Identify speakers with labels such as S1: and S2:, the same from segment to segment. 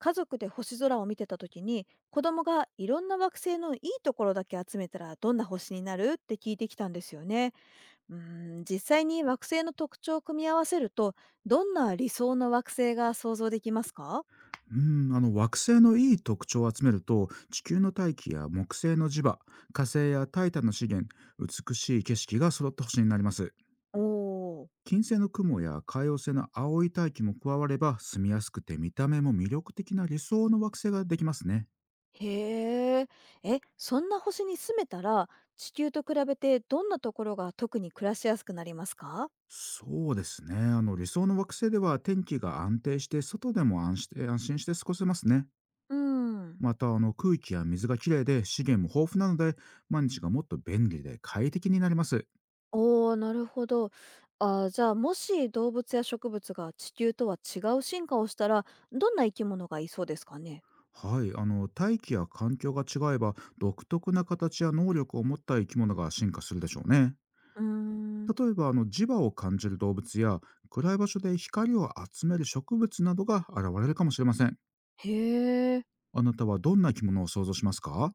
S1: 家族で星空を見てた時に子供がいろんな惑星のいいところだけ集めたらどんな星になるって聞いてきたんですよね。うー実際に惑星の特徴を組み合わせると、どんな理想の惑星が想像できますか？
S2: うーん、惑星のいい特徴を集めると、地球の大気や木星の磁場、火星やタイタンの資源、美しい景色が揃った星になります。
S1: おー。
S2: 金星の雲や海王星の青い大気も加われば、住みやすくて見た目も魅力的な理想の惑星ができますね。
S1: へー。え、そんな星に住めたら、地球と比べてどんなところが特に暮らしやすくなりますか？
S2: そうですね。理想の惑星では天気が安定して、外でも安心して過ごせますね。
S1: うん。
S2: また、空気や水がきれいで資源も豊富なので、毎日がもっと便利で快適になります。
S1: おお、なるほど。ああ、じゃあ、もし動物や植物が地球とは違う進化をしたら、どんな生き物がいそうですかね？
S2: はい、大気や環境が違えば、独特な形や能力を持った生き物が進化するでしょうね。
S1: うーん。
S2: 例えば、磁場を感じる動物や、暗い場所で光を集める植物などが現れるかもしれません。
S1: へえ。
S2: あなたはどんな生き物を想像しますか？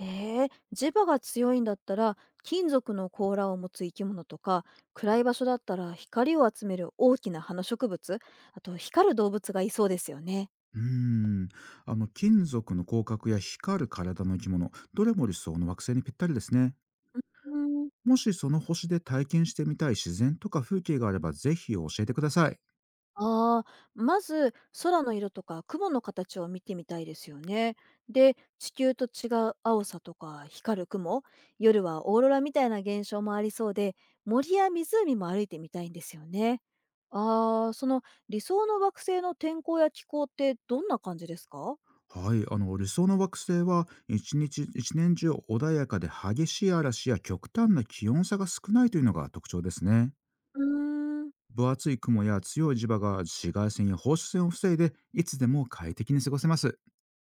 S1: えー、磁場が強いんだったら、金属の甲羅を持つ生き物とか、暗い場所だったら光を集める大きな花植物、あと光る動物がいそうですよね。
S2: うーん。金属の広角や光る体の生き物、どれも理想の惑星にぴったりですね。
S1: うーん。
S2: もしその星で体験してみたい自然とか風景があれば、ぜひ教えてください。
S1: ああ、まず空の色とか雲の形を見てみたいですよね。で、地球と違う青さとか光る雲、夜はオーロラみたいな現象もありそうで、森や湖も歩いてみたいんですよね。ああ、その理想の惑星の天候や気候ってどんな感じですか？
S2: はい、理想の惑星は一年中穏やかで、激しい嵐や極端な気温差が少ないというのが特徴ですね。
S1: うーん。
S2: 分厚い雲や強い磁場が紫外線や放射線を防いで、いつでも快適に過ごせます。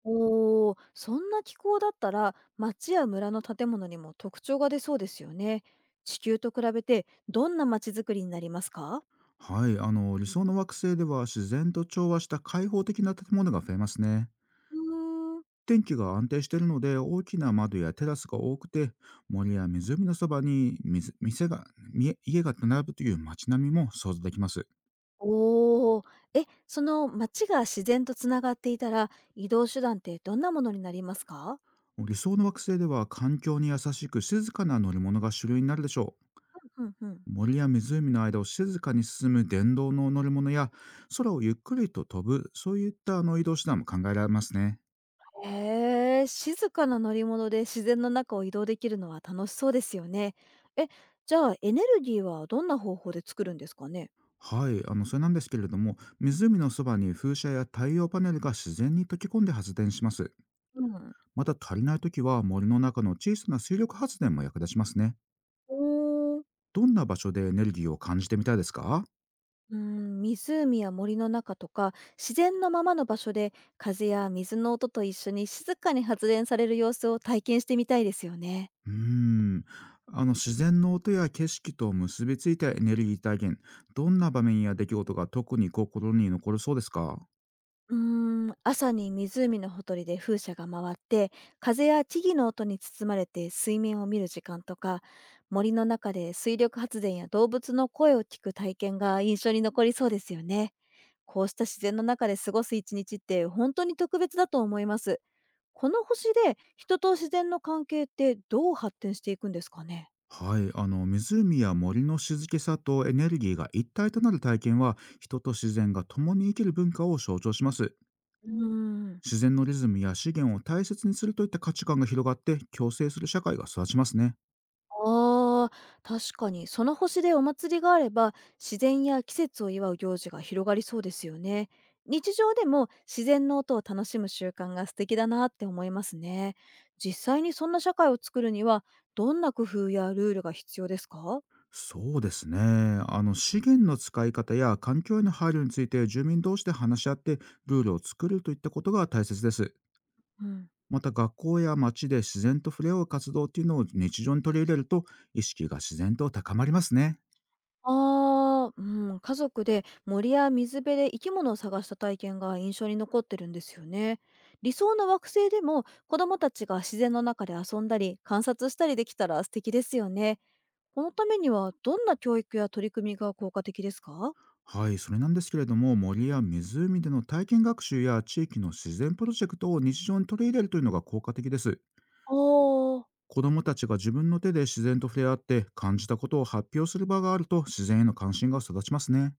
S1: おー、そんな気候だったら町や村の建物にも特徴が出そうですよね。地球と比べてどんな町づくりになりますか？
S2: はい、理想の惑星では、自然と調和した開放的な建物が増えますね。
S1: うーん。
S2: 天気が安定しているので、大きな窓やテラスが多くて、森や湖のそばに水店がみ家が並ぶという街並みも想像できます。
S1: おお。え、その街が自然とつながっていたら、移動手段ってどんなものになりますか？
S2: 理想の惑星では、環境に優しく静かな乗り物が主流になるでしょう。
S1: うんうん。
S2: 森や湖の間を静かに進む電動の乗り物や、空をゆっくりと飛ぶ、そういった移動手段も考えられますね。
S1: へえ、静かな乗り物で自然の中を移動できるのは楽しそうですよね。え、じゃあエネルギーはどんな方法で作るんですかね？
S2: はい、それなんですけれども、湖のそばに風車や太陽パネルが自然に溶け込んで発電します。
S1: うん。
S2: また、足りないときは森の中の小さな水力発電も役立ちますね。
S1: おー。
S2: どんな場所でエネルギーを感じてみたいですか？
S1: うん、湖や森の中とか、自然のままの場所で風や水の音と一緒に静かに発電される様子を体験してみたいですよね。
S2: うーん、自然の音や景色と結びついたエネルギー体験、どんな場面や出来事が特に心に残るそうですか？
S1: うーん、朝に湖のほとりで風車が回って、風や木々の音に包まれて水面を見る時間とか、森の中で水力発電や動物の声を聞く体験が印象に残りそうですよね。こうした自然の中で過ごす一日って本当に特別だと思います。この星で人と自然の関係ってどう発展していくんですかね？
S2: はい、湖や森の静けさとエネルギーが一体となる体験は、人と自然が共に生きる文化を象徴します。
S1: うーん。
S2: 自然のリズムや資源を大切にするといった価値観が広がって、共生する社会が育ちますね。
S1: ああ、確かに、その星でお祭りがあれば、自然や季節を祝う行事が広がりそうですよね。日常でも自然の音を楽しむ習慣が素敵だなって思いますね。実際にそんな社会を作るには、どんな工夫やルールが必要ですか？
S2: そうですね。資源の使い方や環境への配慮について、住民同士で話し合ってルールを作るといったことが大切です。
S1: うん、
S2: また、学校や町で自然と触れ合う活動っていうのを日常に取り入れると、意識が自然と高まりますね。
S1: ああ、うん、家族で森や水辺で生き物を探した体験が印象に残ってるんですよね。理想の惑星でも子どもたちが自然の中で遊んだり観察したりできたら素敵ですよね。このためにはどんな教育や取り組みが効果的ですか？
S2: はい、それなんですけれども、森や湖での体験学習や地域の自然プロジェクトを日常に取り入れるというのが効果的です。
S1: ああ、
S2: 子どもたちが自分の手で自然と触れ合って感じたことを発表する場があると、自然への関心が育ちますね。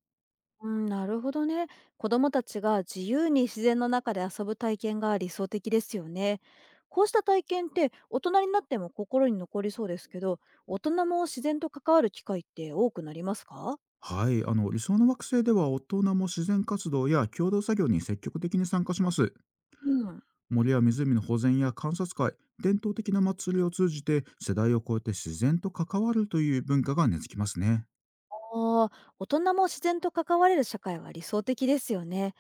S1: うん、なるほどね。子どもたちが自由に自然の中で遊ぶ体験が理想的ですよね。こうした体験って大人になっても心に残りそうですけど、大人も自然と関わる機会って多くなりますか？
S2: はい、理想の惑星では大人も自然活動や共同作業に積極的に参加します。
S1: うん。
S2: 森や湖の保全や観察会、伝統的な祭りを通じて世代を超えて自然と関わるという文化が根付きますね。
S1: ああ、大人も自然と関われる社会は理想的ですよね。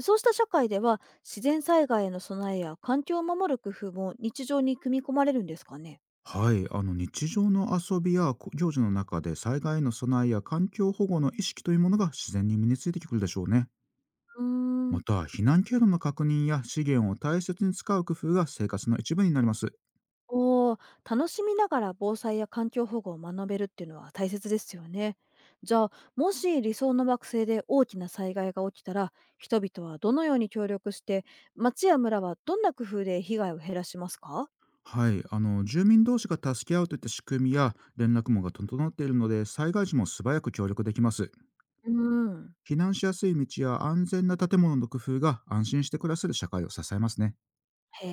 S1: そうした社会では自然災害への備えや環境を守る工夫も日常に組み込まれるんですかね？
S2: はい、日常の遊びや行事の中で、災害への備えや環境保護の意識というものが自然に身についてくるでしょうね。
S1: うーん。
S2: また、避難経路の確認や資源を大切に使う工夫が生活の一部になります。
S1: おお、楽しみながら防災や環境保護を学べるっていうのは大切ですよね。じゃあ、もし理想の惑星で大きな災害が起きたら、人々はどのように協力して、町や村はどんな工夫で被害を減らしますか？
S2: はい、住民同士が助け合うといった仕組みや連絡網が整っているので、災害時も素早く協力できます。
S1: うーん。
S2: 避難しやすい道や安全な建物の工夫が、安心して暮らせる社会を支えますね。
S1: へ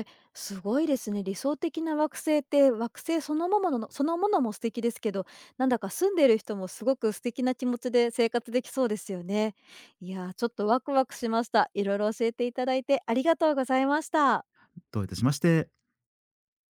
S1: え、すごいですね。理想的な惑星って惑星そのもののそのものも素敵ですけど、なんだか住んでいる人もすごく素敵な気持ちで生活できそうですよね。いやー、ちょっとワクワクしました。いろいろ教えていただいてありがとうございました。
S2: どういたしまして。